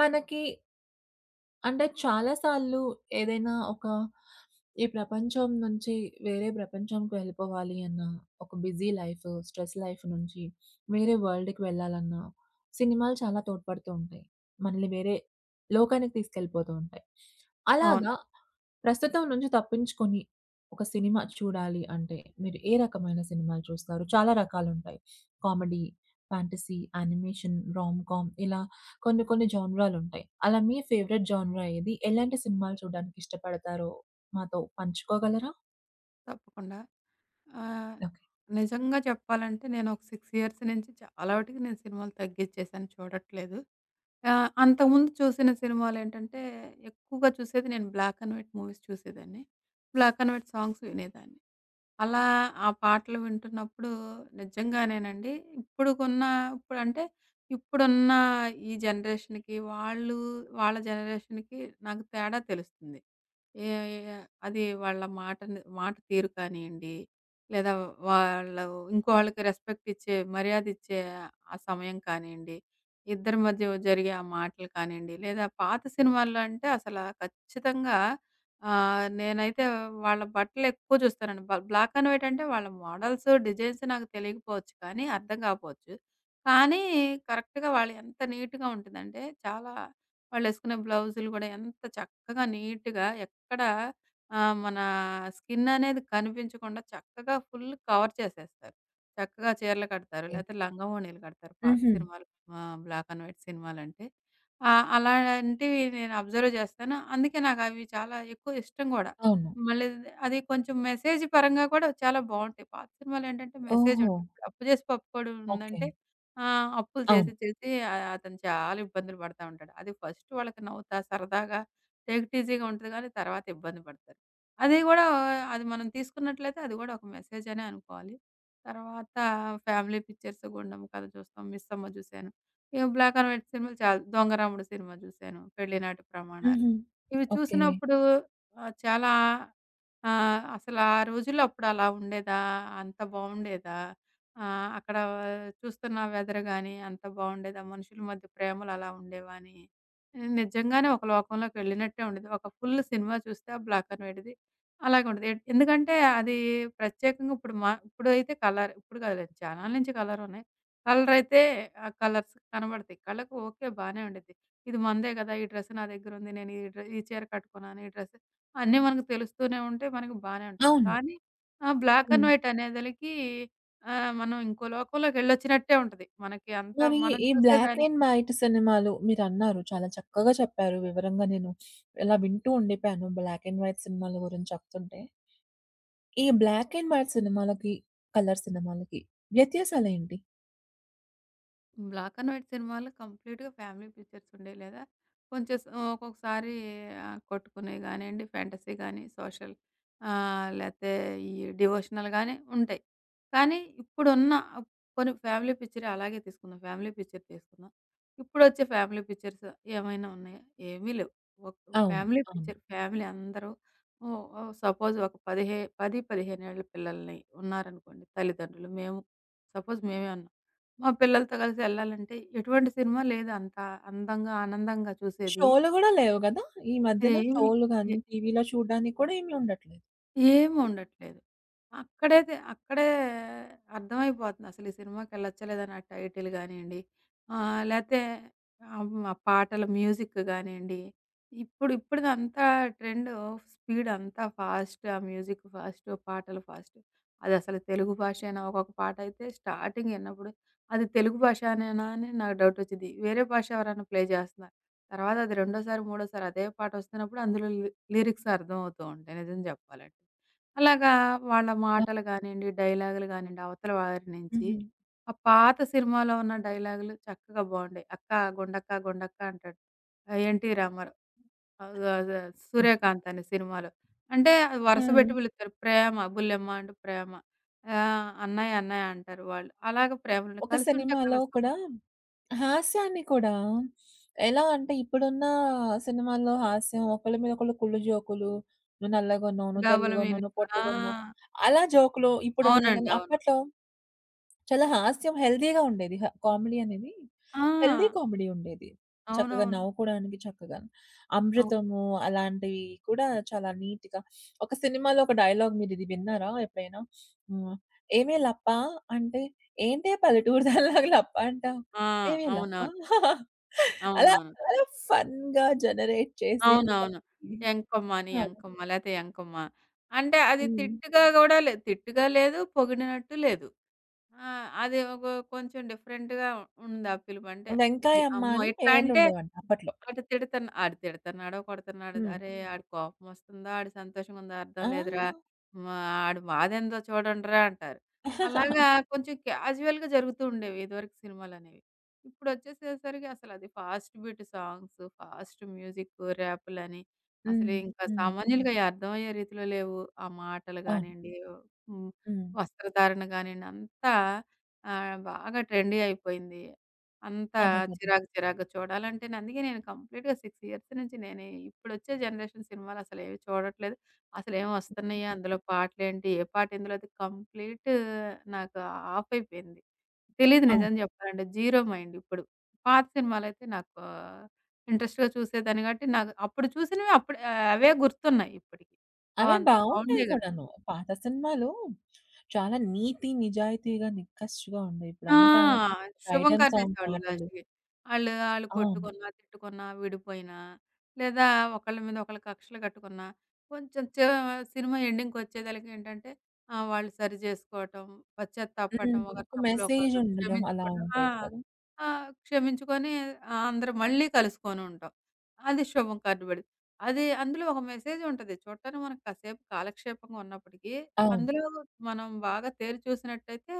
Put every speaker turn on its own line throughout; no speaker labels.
మనకి అంటే చాలా సార్లు ఏదైనా ఒక ఈ ప్రపంచం నుంచి వేరే ప్రపంచంకి వెళ్ళిపోవాలి అన్న, ఒక బిజీ లైఫ్, స్ట్రెస్ లైఫ్ నుంచి వేరే వరల్డ్‌కి వెళ్ళాలన్నా, సినిమాలు చాలా తోడ్పడుతూ ఉంటాయి. మనల్ని వేరే లోకానికి తీసుకెళ్ళిపోతూ ఉంటాయి.
అవును.
అలాగా ప్రస్తుతం నుంచి తప్పించుకొని ఒక సినిమా చూడాలి అంటే, మీరు ఏ రకమైన సినిమాలు చూస్తారు? చాలా రకాలుంటాయి. Comedy, fantasy, animation, rom com ఇలా కొన్ని కొన్ని జానరాలుంటాయి. అలా మీ ఫేవరెట్ జానరా ఏది? ఎలాంటి సినిమాలు చూడడానికి ఇష్టపడతారో మాతో పంచుకోగలరా?
తప్పకుండా. ఆహ్,
ఓకే.
నిజంగా చెప్పాలంటే నేను ఒక 6 ఇయర్స్ నుంచి చాలా వటికి నేను సినిమాలు తగ్గిచ్చేసాను చూడట్లేదు. అంతకుముందు చూసిన సినిమాలేంటంటే ఎక్కువగా చూసేది నేను బ్లాక్ అండ్ వైట్ మూవీస్ చూసేదాన్ని. బ్లాక్ అండ్ వైట్ సాంగ్స్ వినేదాన్ని. అలా ఆ పాటలు వింటున్నప్పుడు నిజంగానేనండి ఇప్పుడుకున్న ఇప్పుడంటే ఇప్పుడున్న ఈ జనరేషన్‌కి వాళ్ళు వాళ్ళ జనరేషన్‌కి నాకు తేడా తెలుస్తుంది. ఏ ఏ అది వాళ్ళ మాటని మాట తీరు కానియండి, లేదా వాళ్ళు ఇంకో వాళ్ళకి రెస్పెక్ట్ ఇచ్చే, మర్యాదిచ్చే ఆ సమయం కానియండి, ఇద్దరి మధ్య జరిగే ఆ మాటలు కానియండి, లేదా పాత సినిమాల్లో అంటే అసల ఖచ్చితంగా నేనైతే వాళ్ళ బట్టలెక్కువ చూస్తానండి. బ్లాక్ అండ్ వైట్ అంటే వాళ్ళ మోడల్స్, డిజైన్స్ నాకు తెలియకపోవచ్చు కానీ, అర్థం కాపోవచ్చు. కానీ కరెక్ట్‌గా వాళ్ళు ఎంత నీట్‌గా ఉంటుందంటే, చాలా వాళ్ళేసుకునే బ్లౌజులు గూడా ఎంత చక్కగా నీట్‌గా ఎక్కడ మన స్కిన్ అనేది కనిపించకుండా చక్కగా ఫుల్ కవర్ చేసేస్తారు. చక్కగా చీరలు కడతారు.
ఓకే.
లేతే లంగావోణీలు కడతారు. పాత
హుహు.
సినిమాలు బ్లాక్ అండ్ వైట్ సినిమాలంటే. అలాంటివి నేను అబ్జర్వ్ చేస్తాను. అందుకే నాకవి చాలా ఎక్కువ ఇష్టం గూడా.
అవును.
మళ్ళీ అది కొంచెం మెసేజ్ పరంగా కూడా చాలా బావుంటాయి. పాత సినిమాలేంటంటే మెసేజ్
ఓహో!
ఉంటుంది. ఇప్పుడు 'అప్పు చేసి పప్పుకోడు'
ఓకే.
ఉందంటే అప్పులు
అవును.
చేసి చేసి అతను చాలా ఇబ్బందులు పడతా ఉంటాడు. అది ఫస్ట్ వాళ్ళకి నవ్వుతా సరదాగా టేక్ ఇట్ ఈజీగా ఉంటది గానీ, తర్వాత ఇబ్బంది పడతారు. అది గూడా అది మనం తీసుకున్నట్లయితే అది గూడా ఒక మెసేజ్ అనే అనుకోవాలి. తర్వాత ఫ్యామిలీ పిక్చర్స్ 'గుండమ్మ కథ' చూస్తాం, 'మిస్సమ్మ' చూశాను. ఇగ బ్లాక్ అండ్ వైట్ సినిమాలు చాలా 'దొంగరాముడు' సినిమా చూశాను, 'పెళ్ళినాటి ప్రమాణాలు.'
హుహు.
ఇవి
ఓకే.
చూసినప్పుడు చాలా అసలు ఆ రోజుల్లో అప్పుడు అలా ఉండేదా? అంత బావుండేదా? అక్కడ చూస్తున్న వెదర్ గాని అంత బావుండేదా? మనుషుల మధ్య ప్రేమలు అలా ఉండేవా అని నిజంగానే ఒక లోకంలోకెళ్ళినట్టే ఉండిద్ది. ఒక ఫుల్ సినిమా చూస్తే ఆ బ్లాక్ అండ్ వైట్‌ది అలాగే ఉంటది. ఎందుకంటే అది ప్రత్యేకంగా ఇప్పుడు మా ఇప్పుడైతే కలర్ ఇప్పుడు కాదులెండి చానాల నుంచి కలరున్నాయి. కలరైతే ఆ కలర్స్ కనబడతాయి. కళ్ళకు ఓకే బానే ఉండిద్ది. ఇది మనదే కదా! ఈ డ్రెస్ నా దగ్గరుంది. నేను ఈ చీర కట్టుకున్నాను. ఈ డ్రెస్ అన్నీ మనకు తెలుస్తూనే ఉంటే మనకు బానే ఉంటది.
అవును.
కానీ ఆ బ్లాక్ అండ్
హ్మ్.
వైట్ అనేదలికి మనం ఇంకో లోకంలోకెళ్ళొచ్చినట్టే ఉంటది. మనకి అంతా
మరి
మనం
ఈ బ్లాక్
చూసేదానికి
అండ్ వైట్ సినిమాలు మీరన్నారు, చాలా చక్కగా చెప్పారు వివరంగా. నేను ఇలా వింటూ ఉండిపోయాను బ్లాక్ అండ్ వైట్ సినిమాల గురించి చెప్తుంటే. ఈ బ్లాక్ అండ్ వైట్ సినిమాలకి, కలర్ సినిమాలకి వ్యత్యాసాలేంటి?
బ్లాక్ అండ్ వైట్ సినిమాలు కంప్లీట్‌గా ఫ్యామిలీ పిక్చర్స్ ఉండేవి. లేదా కొంచెం ఒక్కొక్కసారి కొట్టుకునేవి గానియండి, ఫ్యాంటసీ గాని, సోషల్ లేతే ఈ డివోషనల్ గాని ఉంటాయి. కానీ ఇప్పుడున్న పోనీ ఫ్యామిలీ పిక్చరే అలాగే తీసుకుందాం. ఫ్యామిలీ పిక్చర్ తీసుకుందాం. ఇప్పుడొచ్చే ఫ్యామిలీ పిక్చర్స్ ఏమైనా ఉన్నాయా? ఏమీ లేవు. ఒక
అవును.
ఫ్యామిలీ
అవును.
పిక్చర్ ఫ్యామిలీ అందరూ ఓ సపోజ్ ఒక పదిహే 10, 15 ఏళ్ల పిల్లల్ని ఉన్నారనుకోండి తల్లిదండ్రులు. మేము సపోజ్ మేమే ఉన్నాం. మా పిల్లలతో కలిసి ఎళ్ళాలంటే ఎటువంటి సినిమా లేదు అంత అందంగా, ఆనందంగా చూసేది.
షోలు గూడా లేవు గదా! ఈ మధ్యన
ఏమి
షోలు గాని, టీవీలో చూడడానికి కూడా ఏమి ఉండట్లేదు.
ఏమి
హ్మ్.
ఉండట్లేదు. అక్కడే అర్థమైపోతుంది అసలు ఈ సినిమాకెళ్ళొచ్చా లేదా అని ఆ టైటిల్ గానియండి, లేతే పాటల మ్యూజిక్ గానియండి, ఇప్పుడుదంతా ట్రెండు స్పీడ్ అంతా ఫాస్ట్ ఆ మ్యూజిక్ ఫాస్ట్, పాటలు ఫాస్ట్. అదసలు తెలుగు భాషేనా? ఒక్కొక్క పాటయితే స్టార్టింగ్ ఇన్నప్పుడు అది తెలుగు భాషనేనా అని నాకు డౌటొచ్చేది. వేరే భాష ఎవరైనా ప్లే చేస్తున్నారు. తర్వాత అది రెండోసారి, మూడోసారి అదే పాటొస్తున్నప్పుడు అందులో లిరిక్స్ అర్థమవుతూ ఉంటాయి నిజం చెప్పాలంటే. అలాగా వాళ్ళ
ఆ!
మాటలు గానియండి, డైలాగులు గానియండి, అవతల వారి నించి
హుహు.
ఆ పాత సినిమాలో ఉన్న డైలాగులు చక్కగా బావుండేయి. " గుండక్క గుండక్క" అంటాడు. 'ఎన్టీ రామారావు' ఆహ్, ఆహ్, 'సూర్యకాంత్' అనే సినిమాలో. అంటే అది వరుస
హ్మ్.
పెట్టి పిలుస్తారు. ప్రేమ బుల్లెమ్మ అంటే ప్రేమ. అన్నయ్య అన్నయ్య అంటారు వాళ్ళు. అలాగే ప్రేమలో
ఒక
కలిసుంటే కల
సినిమాలో కూడా
సుఖం.
హాస్యాన్ని కూడా ఎలా అంటే, ఇప్పుడున్న సినిమాల్లో హాస్యం ఒకళ్ళ మీద ఒకళ్ళు కుళ్ళు జోకులు, "నువ్వు నల్లగున్నావు, నువ్వు
డబుల్
తెల్లగున్నావు,
మీనింగ్.
నువ్వు
ఆ!
పొట్టిగున్నావు" అలా జోకులు ఇప్పుడున్నాయి
అవునండి.
గానీ,
అవును.
అప్పట్లో చాలా హాస్యం హెల్తీ‌గా ఉండేది. కామెడీ అనేది
ఆ!
హెల్తీ కామెడీ ఉండేది. చక్కగా
అవునవును.
నవ్వుకోవడానికి చక్కగా.
అవును.
'అమృతము' అలాంటివి కూడా చాలా నీట్‌గా. ఒక సినిమాలో ఒక డైలాగ్ మీరిది విన్నారా ఎప్పుడైనా? హ్మ్. "ఏమే లప్పా" అంటే "ఏంటే పల్లెటూరు దానిలాగా లప్ప అంటావు?
ఆ!
ఏమే లప్ప"
అవునవును.
అలా
అవునవును.
చాలా ఫన్‌గా జనరేట్ చేసి
అవునవును.
కామెడీ.
ఎంకమ్మ అని,
అవును.
ఎంకమ్మ లేతే ఎంకమ్మ. అంటే అది
హ్మ్.
తిట్టుగా గూడా లేదు. తిట్టుగా లేదు, పొగిడినట్టు లేదు. ఆ! అది ఒక కొంచెం డిఫరెంట్‌గా ఉంది ఆ పిలుపు. అంటే, ఈ
'వెంకాయమ్మ'
అమ్మో!
అని
ఇట్లా అంటే
పేర్లుండేవంట అప్పట్లో.
అటు తిడతన్న ఆడు తిడతన్నాడో, కొడతన్నాడో
హ్మ్.
అరే! హ్మ్. ఆడి కోపమొస్తుందా, ఆడి సంతోషంగుందో అర్థం
ఆ!
లేదురా. మా ఆడి బాధేందో చూడండిరా అంటారు. అలాగా కొంచెం క్యాజువల్‌గా జరుగుతూ ఉండేవి ఇదివరకు సినిమాలనేవి. ఇప్పుడొచ్చేసేసరికి అసలది fast beat songs, fast music, ర్యాపులని
హ్మ్.
అసలు ఇంకా
హ్మ్.
సామాన్యులకి అర్థమయ్యే రీతిలో లేవు. ఆ మాటలు
అవును.
గానియండి, హ్మ్,
హ్మ్.
వస్త్రధారణ గానియండి అంతా బాగా ట్రెండీ అయిపోయింది. అంత
అదే కదా!
చిరాకు చిరాకుగా చూడాలంటేనే అందుకే నేను కంప్లీట్‌గా 6 ఇయర్స్ నుంచి నేను ఇప్పుడొచ్చే జనరేషన్ సినిమాలు అసలేవి చూడట్లేదు. అసలేం వస్తున్నాయా? అందులో పాటలేంటి? ఏ పాట ఇందులో అది కంప్లీట్ నాకు ఆఫ్ అయిపోయింది. తెలీదు
అవును.
నిజం చెప్పాలంటే. జీరో మైండ్ ఇప్పుడు. పాత సినిమాలైతే నాకు ఇంట్రెస్ట్‌గా చూసేదాన్ని కాబట్టి నాకు అప్పుడు చూసినవి అప్పుడు అవే గుర్తున్నాయి ఇప్పటికి.
అవే
అవంత
బావుంటాయి
బావుండేయి కదా!
కూడాను. పాత సినిమాలు చాలా నీతి, నిజాయితీగా, నిక్కచ్చిగా ఉండేవి.
ఆ!
ఇప్పుడంతా ఒక
శుభం
ఐటెమ్ సాంగ్
కర్ణేసేవాళ్ళు
పాటలు.
లాస్ట్‌కి. ఆళ్ళు ఆళ్ళు
అవును.
కొట్టుకున్నా, తిట్టుకున్నా, విడిపోయినా లేదా ఒకళ్ళ మీద ఒకళ్ళు కక్షలు కట్టుకున్నా కొంచెం చ సినిమా ఎండింగ్‌కొచ్చేదలకి ఏంటంటే వాళ్ళు సరి జేసుకోవటం,
హ్మ్.
పశ్చాత్తాపపడటం, ఒకరి
ఒక
తప్పులు
మెసేజ్
ఒకళ్ళు
ఉండడం అలా
క్షమించుకోవటం ఆ!
ఉండేది కదా!
ఆ! క్షమించుకొని అందరూ మళ్ళీ కలుసుకొనుంటాం. అది శుభం కార్డ్ బెడు అది అందులో ఒక మెసేజ్ ఉంటది. చూడటానికి మనకు కాసేపు కాలక్షేపంగా ఉన్నప్పటికీ
అవును.
అందులో మనం బాగా తేరి చూసినట్టయితే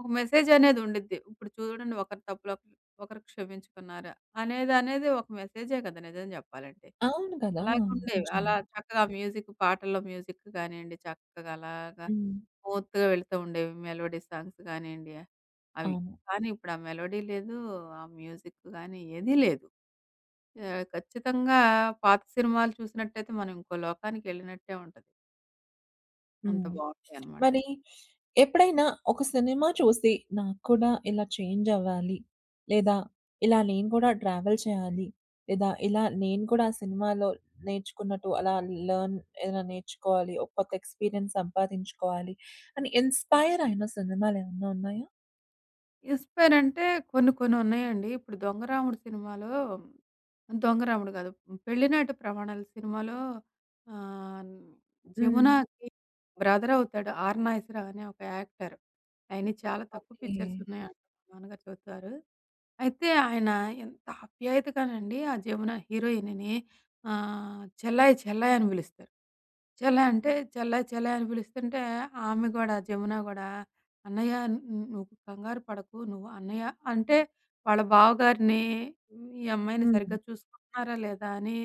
ఒక మెసేజనేది ఉండిద్ది. ఇప్పుడు చూడండి ఒకరి తప్పులు ఒకరు ఒకరు క్షమించుకున్నారు అనేదనేది ఒక మెసేజే కదా! నిజం చెప్పాలంటే.
అవును కదా!
అలాగే ఉండేవి. అలా
నిజంగా.
చక్కగా మ్యూజిక్ గానియండి, చక్కగా అలాగా
హ్మ్.
స్మూత్‌గా వెళ్తూ ఉండేవి మెలోడీ సాంగ్స్ గానియండి అవి.
అవును.
కానీ ఇప్పుడు ఆ మెలోడీ లేదు, ఆ మ్యూజిక్ గాని ఏదీ లేదు. ఖచ్చితంగా పాత సినిమాలు చూసినట్టయితే మనం ఇంకో లోకానికెళ్ళినట్టే ఉంటది. అంత
హ్మ్.
బావుంటాయనమాట
మరి
అవి.
ఎప్పుడైనా ఒక సినిమా చూసి నాకు కూడా ఇలా చేంజ్ అవ్వాలి, లేదా ఇలా నేను కూడా ట్రావెల్ చేయాలి, లేదా ఇలా నేను కూడా ఆ సినిమాలో నేర్చుకున్నట్టు అలా లెర్న్ ఏదైనా నేర్చుకోవాలి, ఒక కొత్త ఎక్స్‌పీరియన్స్ సంపాదించుకోవాలి అని ఇన్‌స్పైర్ అయిన సినిమాలేమన్నా ఉన్నాయా?
ఇన్‌స్పైర్ అంటే కొన్ని కొన్ని ఉన్నాయండి. ఇప్పుడు 'దొంగరాముడు' సినిమాలో 'దొంగరాముడు' కాదు 'పెళ్ళినాటి ప్రమాణాలు' సినిమాలో ఆహ్,
హ్మ్.
జమునాకి బ్రదర్ అవుతాడు 'ఆర్ నాగేశ్వరరావు' అనే ఒక యాక్టర్. ఆయనయి చాలా తక్కువ
ఓకే.
పిక్చర్స్ ఉన్నాయంట మా నాన్నగారు చెబుతారు. అయితే ఆయన ఎంత ఆప్యాయతగానండి ఆ 'జమున' హీరోయిన్‌ని "చెల్లాయి, చెల్లాయి" అని పిలుస్తారు. చెల్లాయి అంటే చెల్లాయి, చెల్లాయి అని పిలుస్తుంటే ఆమె గూడా 'జమున' గూడా "అన్నయ్య ను నువ్వు కంగారు పడకు. నువ్వు అన్నయ్య" అంటే వాళ్ళ బావగారిని ఈ అమ్మాయిని
హ్మ్.
సరిగ్గా చూసుకుంటున్నారా లేదా అని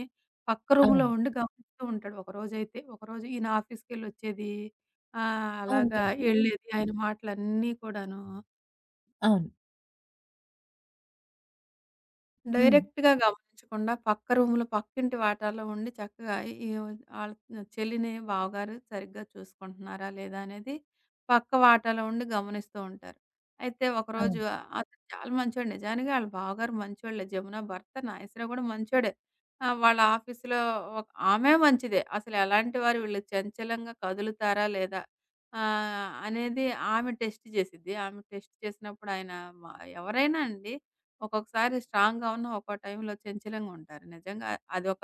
పక్క రూమ్‌లో
అవును.
ఉండి గమనిస్తూ ఉంటాడు. ఒకరోజు ఈయన ఆఫీస్‌కెళ్ళొచ్చేది
అవును
అలాగా
కదా!
ఎళ్ళేది ఆయన మాటలన్నీ కూడాను
అవును. హ్మ్.
డైరెక్ట్‌గా గమనించకుండా పక్క రూమ్‌లో, పక్కింటి వాటాలో ఉండి చక్కగా ఈ ఆళ్ళ చెల్లిని, బావగారు సరిగ్గా చూసుకుంటున్నారా లేదా అనేది పక్క వాటాలో ఉండి గమనిస్తూ ఉంటారు. అయితే ఒకరోజు
అవును.
అతను చాలా మంచోడు నిజానికి ఆళ్ళ బావగారు మంచోళ్ళే. జమున భర్త నాగేశ్వరరావు కూడా మంచోడే. వాళ్ళ ఆఫీస్‌లో ఒక ఆమె మంచిదే. అసలు ఎలాంటి వారు వీళ్ళు చంచలంగా కదులుతారా లేదా అనేది ఆమె టెస్ట్ చేసిద్ది. ఆమె టెస్ట్ చేసినప్పుడు ఆయన మ ఎవరైనా అండి ఒక్కొక్కసారి స్ట్రాంగ్‌గా ఉన్న ఒక్కో టైంలో చంచలంగా ఉంటారు. నిజంగా అదొక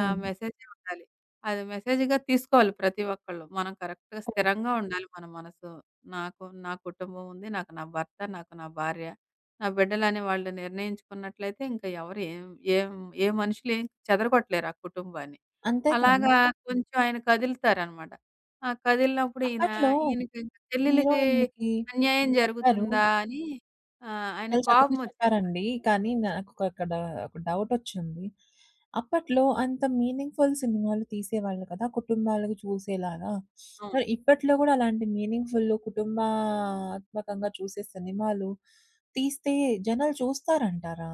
మెసేజే ఉండాలి. అది మెసేజ్‌గా తీసుకోవాలి ప్రతి ఒక్కళ్ళు. మనం కరెక్ట్‌గా
కరెక్ట్.
స్థిరంగా ఉండాలి మన మనసు. నాకు నా కుటుంబం ఉంది. నాకు నా భర్త, నాకు నా భార్య, నా బిడ్డలని వాళ్ళు నిర్ణయించుకున్నట్లయితే ఇంకా ఎవరు ఏం ఏం ఏ మనుషులు ఏం చెదరగొట్టలేరు ఆ కుటుంబాన్ని.
అంతే కదా!
అలాగా కొంచెం ఆయన కదులుతారనమాట. ఆ! కదిలినప్పుడు
అప్పట్లో
ఈయనకి చెల్లెలికి
హీరోయిన్‌లకి
అన్యాయం
మీరు చెప్పారు,
జరుగుతుందా అని ఆయన
చాలా చక్కగా
కోపమొచ్చేస్తది.
చెప్పారండి. కానీ నాకు అక్కడ ఒక డౌటొచ్చింది. అప్పట్లో అంత మీనింగ్‌ఫుల్ సినిమాలు తీసేవాళ్ళు కదా, కుటుంబాలకు చూసేలాగా. మరి
అవును.
ఇప్పట్లో గూడా అలాంటి మీనింగ్‌ఫుల్ కుటుంబాత్మకంగా చూసే సినిమాలు తీస్తే జనాలు చూస్తారంటారా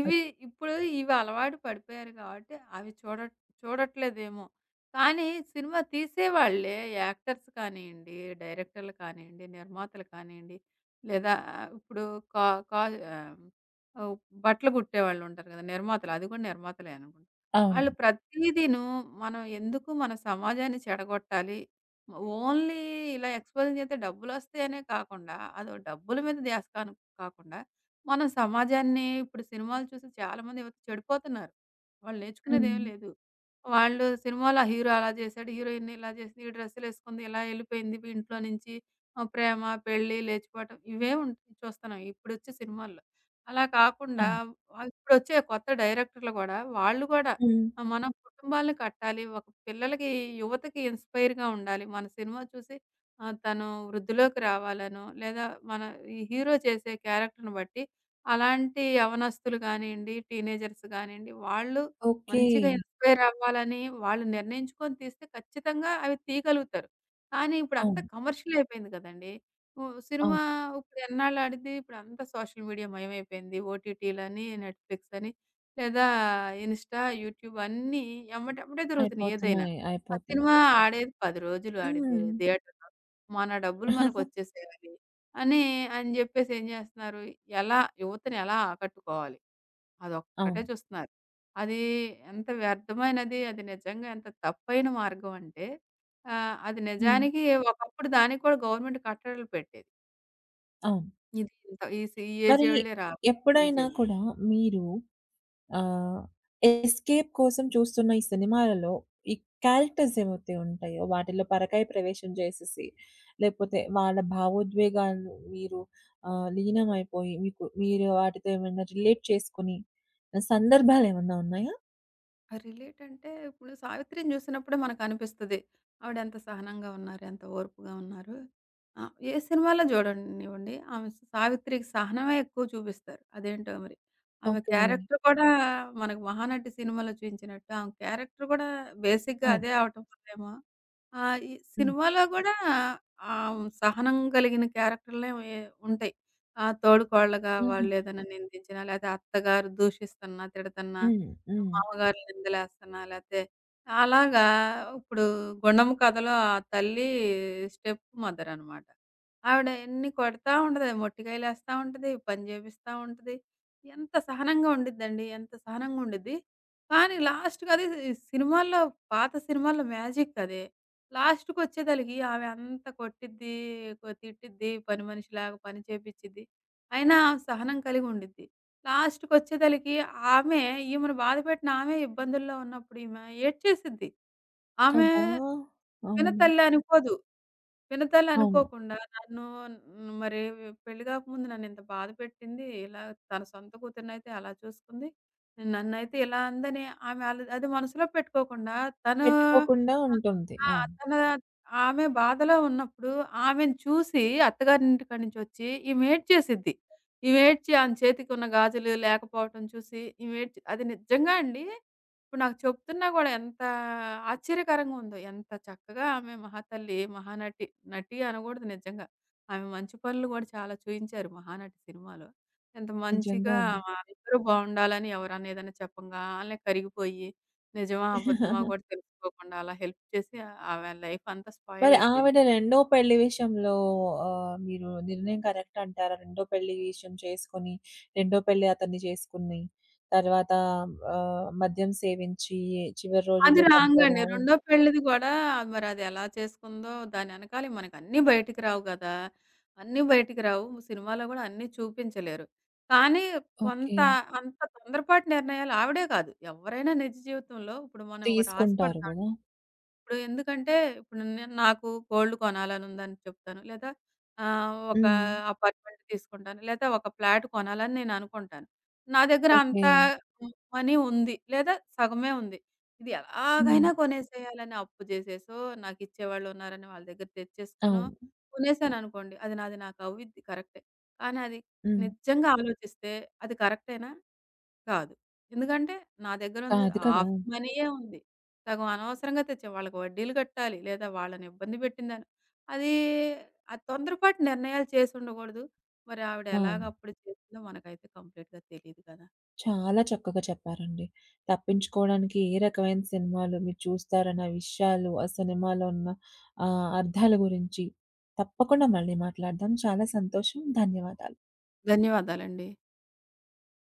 ఇవి
మరి?
ఇప్పుడు ఇవి అలవాటు పడిపోయారు కాబట్టి అవి చూడట్లేదేమో. కానీ సినిమా తీసేవాళ్ళే యాక్టర్స్ కానియండి, డైరెక్టర్లు కానియండి, నిర్మాతలు కానియండి, లేదా ఇప్పుడు కా కా ఆహ్, ఓహ్! బట్టలు కుట్టేవాళ్ళు ఉంటారు కదా! నిర్మాతలు అది కూడా నిర్మాతలే అనుకుంటా.
అవును.
ఆళ్ళు ప్రతీదీను మనం ఎందుకు మన సమాజాన్ని చెడగొట్టాలి. ఓన్లీ ఇలా ఎక్స్‌పోజింగ్ చేస్తే డబ్బులొస్తాయనే కాకుండా అదో డబ్బుల మీద ధ్యాస కాకుండా మనం సమాజాన్ని ఇప్పుడు సినిమాలు చూసి చాలామంది యువత చెడిపోతున్నారు. వాళ్ళు నేర్చుకునేదేం
హ్మ్.
లేదు. వాళ్ళు సినిమాలో ఆ హీరో అలా చేశాడు, హీరోయిన్ ఇలా చేసింది, ఈ డ్రెస్సులేసుకుంది, ఇలా ఎళ్ళిపోయింది ఇంట్లో నుంచి. ప్రేమ, పెళ్లి, లేచిపోవటం ఇవే ఉంటాయి చూస్తున్నాం ఇప్పుడొచ్చే సినిమాల్లో. అలా కాకుండా
అవును.
ఇప్పుడొచ్చే కొత్త డైరెక్టర్లు గూడా వాళ్ళు గూడా
హ్మ్.
మనం కుటుంబాలను కట్టాలి. ఒక పిల్లలకి, యువతకి ఇన్‌స్పైర్‌గా ఉండాలి. మన సినిమా చూసి తను వృద్ధిలోకి రావాలనో, లేదా మన ఈ హీరో చేసే క్యారెక్టర్‌ని బట్టి అలాంటి యవనస్తులు గానియండి, టీనేజర్స్ గానియండి, వాళ్ళు
ఓకే.
మంచిగా ఇన్‌స్పైర్ అవ్వాలని వాళ్ళు నిర్ణయించుకొని తీస్తే ఖచ్చితంగా అవి తీయగలుగుతారు. కానీ ఇప్పుడంతా
అవును.
కమర్షియల్ అయిపోయింది గదండీ! ఉ సినిమా
అవును.
ఇప్పుడు ఎన్నాళ్ళు ఆడిద్ది? ఇప్పుడంతా సోషల్ మీడియా మయమైపోయింది. ఓటీటీలని, నెట్‌ఫ్లిక్స్ అని లేదా ఇన్‌స్టా, యూట్యూబ్ అన్నీ ఎమ్మటెమ్మటే దొరుకుతున్నాయి ఏదైనా.
అయిపోతున్నాయి.
ఆ
అయిపోతున్నాయి.
సినిమా ఆడేది 10 రోజులు ఆడిద్ది
హ్మ్.
థియేటర్‌లో. మన డబ్బులు మనకొచ్చేసేయాలి. అని అని జెప్పేసి ఏం జేస్తున్నారు, ఎలా యువతని ఎలా ఆకట్టుకోవాలి, అదొక్కటే
అవును.
చూస్తున్నారు. అది ఎంత వ్యర్థమైనది, అది నిజంగా ఎంత తప్పైన మార్గం అంటే, అది
హ్మ్.
నిజానికి ఒకప్పుడు దానికి కూడా గవర్నమెంట్ కట్టడలు పెట్టేది.
అవును.
ఇది ఇంత ఈ సి ఈ
మరి
ఏజోళ్ళే రావాలి. ఈ
ఎప్పుడైనా
జే
కూడా మీరు ఆహ్, ఎస్కేప్ కోసం చూస్తున్న ఈ సినిమాలలో ఈ క్యారెక్టర్స్ ఏవైతే ఉంటాయో వాటిలో పరకాయ ప్రవేశం చేసేసి, లేపోతే వాళ్ళ భావోద్వేగాలు మీరు లీనమైపోయి మీకు మీరు వాటితో ఏమైనా రిలేట్ చేసుకొని సందర్భాలేమన్నా ఉన్నాయా?
ఆ! రిలేట్ అంటే ఇప్పుడు 'సావిత్రిని' చూసినప్పుడే మనకనిపిస్తది. ఆవిడెంత సహనంగా ఉన్నారు, ఎంత ఓర్పుగా ఉన్నారు. ఏ సినిమాలో చూడనివ్వండి ఆమె 'సావిత్రికి' సహనమే ఎక్కువ చూపిస్తారు. అదేంటో మరి. ఆమె
ఓకే.
క్యారెక్టర్ కూడా మనకు 'మహానటి' సినిమాలో చూయించినట్టు ఆమె క్యారెక్టర్ కూడా బేసిక్‌గా
అవును.
అదే అవటం వల్లేమో ఆ! ఈ
హ్మ్.
సినిమాలో గూడా సహనం కలిగిన క్యారెక్టర్‌లే ఉంటాయి. ఆ! తోడికోడలుగా
హుహు.
వాళ్ళేదైనా నిందించినా, లేతే అత్తగారు దూషిస్తున్నా, తిడతన్నా,
హ్మ్. హ్మ్.
మామగారు నిందలేస్తున్నా, లేతే అలాగా ఇప్పుడు 'గుండమ్మ కథలో' ఆ తల్లి స్టెప్ మదరనమాట. ఆవిడ ఎన్ని కొడతా ఉంటది. మొట్టికాయలేస్తా ఉంటది, పని జేపిస్తా ఉంటది. ఎంత సహనంగా ఉండిద్దండి. ఎంత సహనంగా ఉండిద్ది. కానీ లాస్ట్‌కది సినిమాల్లో పాత సినిమాల్లో మ్యాజిక్ అదే. లాస్ట్‌కొచ్చేదలికి ఆమె అంత కొట్టిద్ది, తిట్టిద్ది, పని మనిషిలాగా పని చేపిచ్చిద్ది. అయినా ఆమె సహనం కలిగి ఉండిద్ది. లాస్ట్‌కొచ్చేదలికి ఆమె ఈమెను బాధపెట్టిన ఆమె ఇబ్బందుల్లో ఉన్నప్పుడు ఈమె ఏడ్చేసిద్ది. ఆమె
కదా!
చిన్న
అవును.
తల్లే అనుకోదు. వినతాలు
అవును.
అనుకోకుండా నన్ను మరి పెళ్లి గాకముందు నన్నింత బాధ పెట్టింది. ఇలా తన సొంత కూతురినైతే అలా చూసుకుంది. నన్నైతే ఇలా అందని ఆమె అది మనసులో పెట్టుకోకుండా తను
పెట్టుకోకుండా
ఆహ్,
ఉంటుంది.
ఆ!
అవును.
తన ఆమె బాధలో ఉన్నప్పుడు ఆమెను చూసి అత్తగారింటికాడి నుంచి వచ్చి ఈమె ఏడ్చేసిద్ది. ఈమె ఏడ్చి ఆమె చేతికి ఉన్న గాజులు లేకపోవటం చూసి ఈమె ఏడ్చి అది నిజంగా అండి ఇప్పుడు నాకు చెప్తున్నా గూడా ఎంత ఆశ్చర్యకరంగా ఉందో. ఎంత చక్కగా ఆమె మహాతల్లి, మహానటి. నటి అనగూడదు నిజంగా. ఆమె మంచి పనులు గూడా చాలా చూయించారు 'మహానటి' సినిమాలో. ఎంత
నిజంగా
మంచిగా
అండి.
మా అందరూ బావుండాలని ఎవరన్నా ఏదైనా చెప్పంగాల్నే కరిగిపోయి, నిజమా? అబద్ధమా? గూడా తెలుసుకోకుండా అలా హెల్ప్ చేసి ఆమె లైఫ్ అంతా స్పాయిల్
మరి
అయిపోయింది.
ఆవిడ రెండో పెళ్లి విషయంలో మీరు నిర్ణయం కరెక్ట్ అంటారా? రెండో పెళ్లి విషయం చేసుకొని, రెండో పెళ్లి అతన్ని చేసుకుని, తర్వాత మద్యం సేవించి చివరి
అది
రోజుల్లో
రాంగండి.
చనిపోవడం.
రెండో పెళ్ళిది గూడా మరదెలా చేసుకుందో దాని ఎనకాలే మనకన్నీ బయటికి రావు గదా! అన్నీ బయటికి రావు. సినిమాలో గూడా అన్నీ చూపించలేరు. కానీ
ఓకే.
కొంత అంత తొందరపాటు నిర్ణయాలు ఆవిడే కాదు. ఎవరైనా నిజ జీవితంలో ఇప్పుడు మనం ఒకటి
తీసుకుంటారు
ఆశపడతామండి.
గదా!
ఇప్పుడు ఎందుకంటే ఇప్పుడు నేను నాకు గోల్డ్ కొనాలనుందని చెప్తాను. లేదా ఒక
హ్మ్.
అపార్ట్మెంట్ తీసుకుంటాను. లేదా ఒక ఫ్లాట్ కొనాలని నేను అనుకుంటాను. నా దగ్గర అంత
ఓకే.
మనీ ఉంది. లేదా సగమే ఉంది. ఇది
హ్మ్.
ఎలాగైనా కొనేసేయాలని అప్పు చేసేసో, నాకిచ్చేవాళ్ళున్నారని వాళ్ళ దగ్గర తెచ్చేసుకోనో
అవును.
కొనేసాననుకోండి. అది నాది నాకవ్విద్ది కరెక్టే. కానీ అది
హ్మ్.
నిజంగా ఆలోచిస్తే అది కరెక్టేనా? కాదు. ఎందుకంటే నా దగ్గరుంది
కాదు కదా!
హాఫ్ మనీయే ఉంది. సగం అనవసరంగా తెచ్చాం. వాళ్ళకి వడ్డీలు కట్టాలి, లేదా వాళ్ళని ఇబ్బంది పెట్టిందని. అది ఆ తొందరపాటు నిర్ణయాలు చేసుండకూడదు. మరి ఆవిడ
అవును.
ఎలాగప్పుడు చేసిందో మనకైతే కంప్లీట్‌గా తెలీదు కదా!
చాలా చక్కగా చెప్పారండి. తప్పించుకోవడానికి ఏ రకమైన సినిమాలు మీరు చూస్తారన్న విషయాలు, ఆ సినిమాలో ఉన్న అర్థాల గురించి తప్పకుండా మళ్ళీ మాట్లాడదాం. చాలా సంతోషం. ధన్యవాదాలు.
ధన్యవాదాలండి.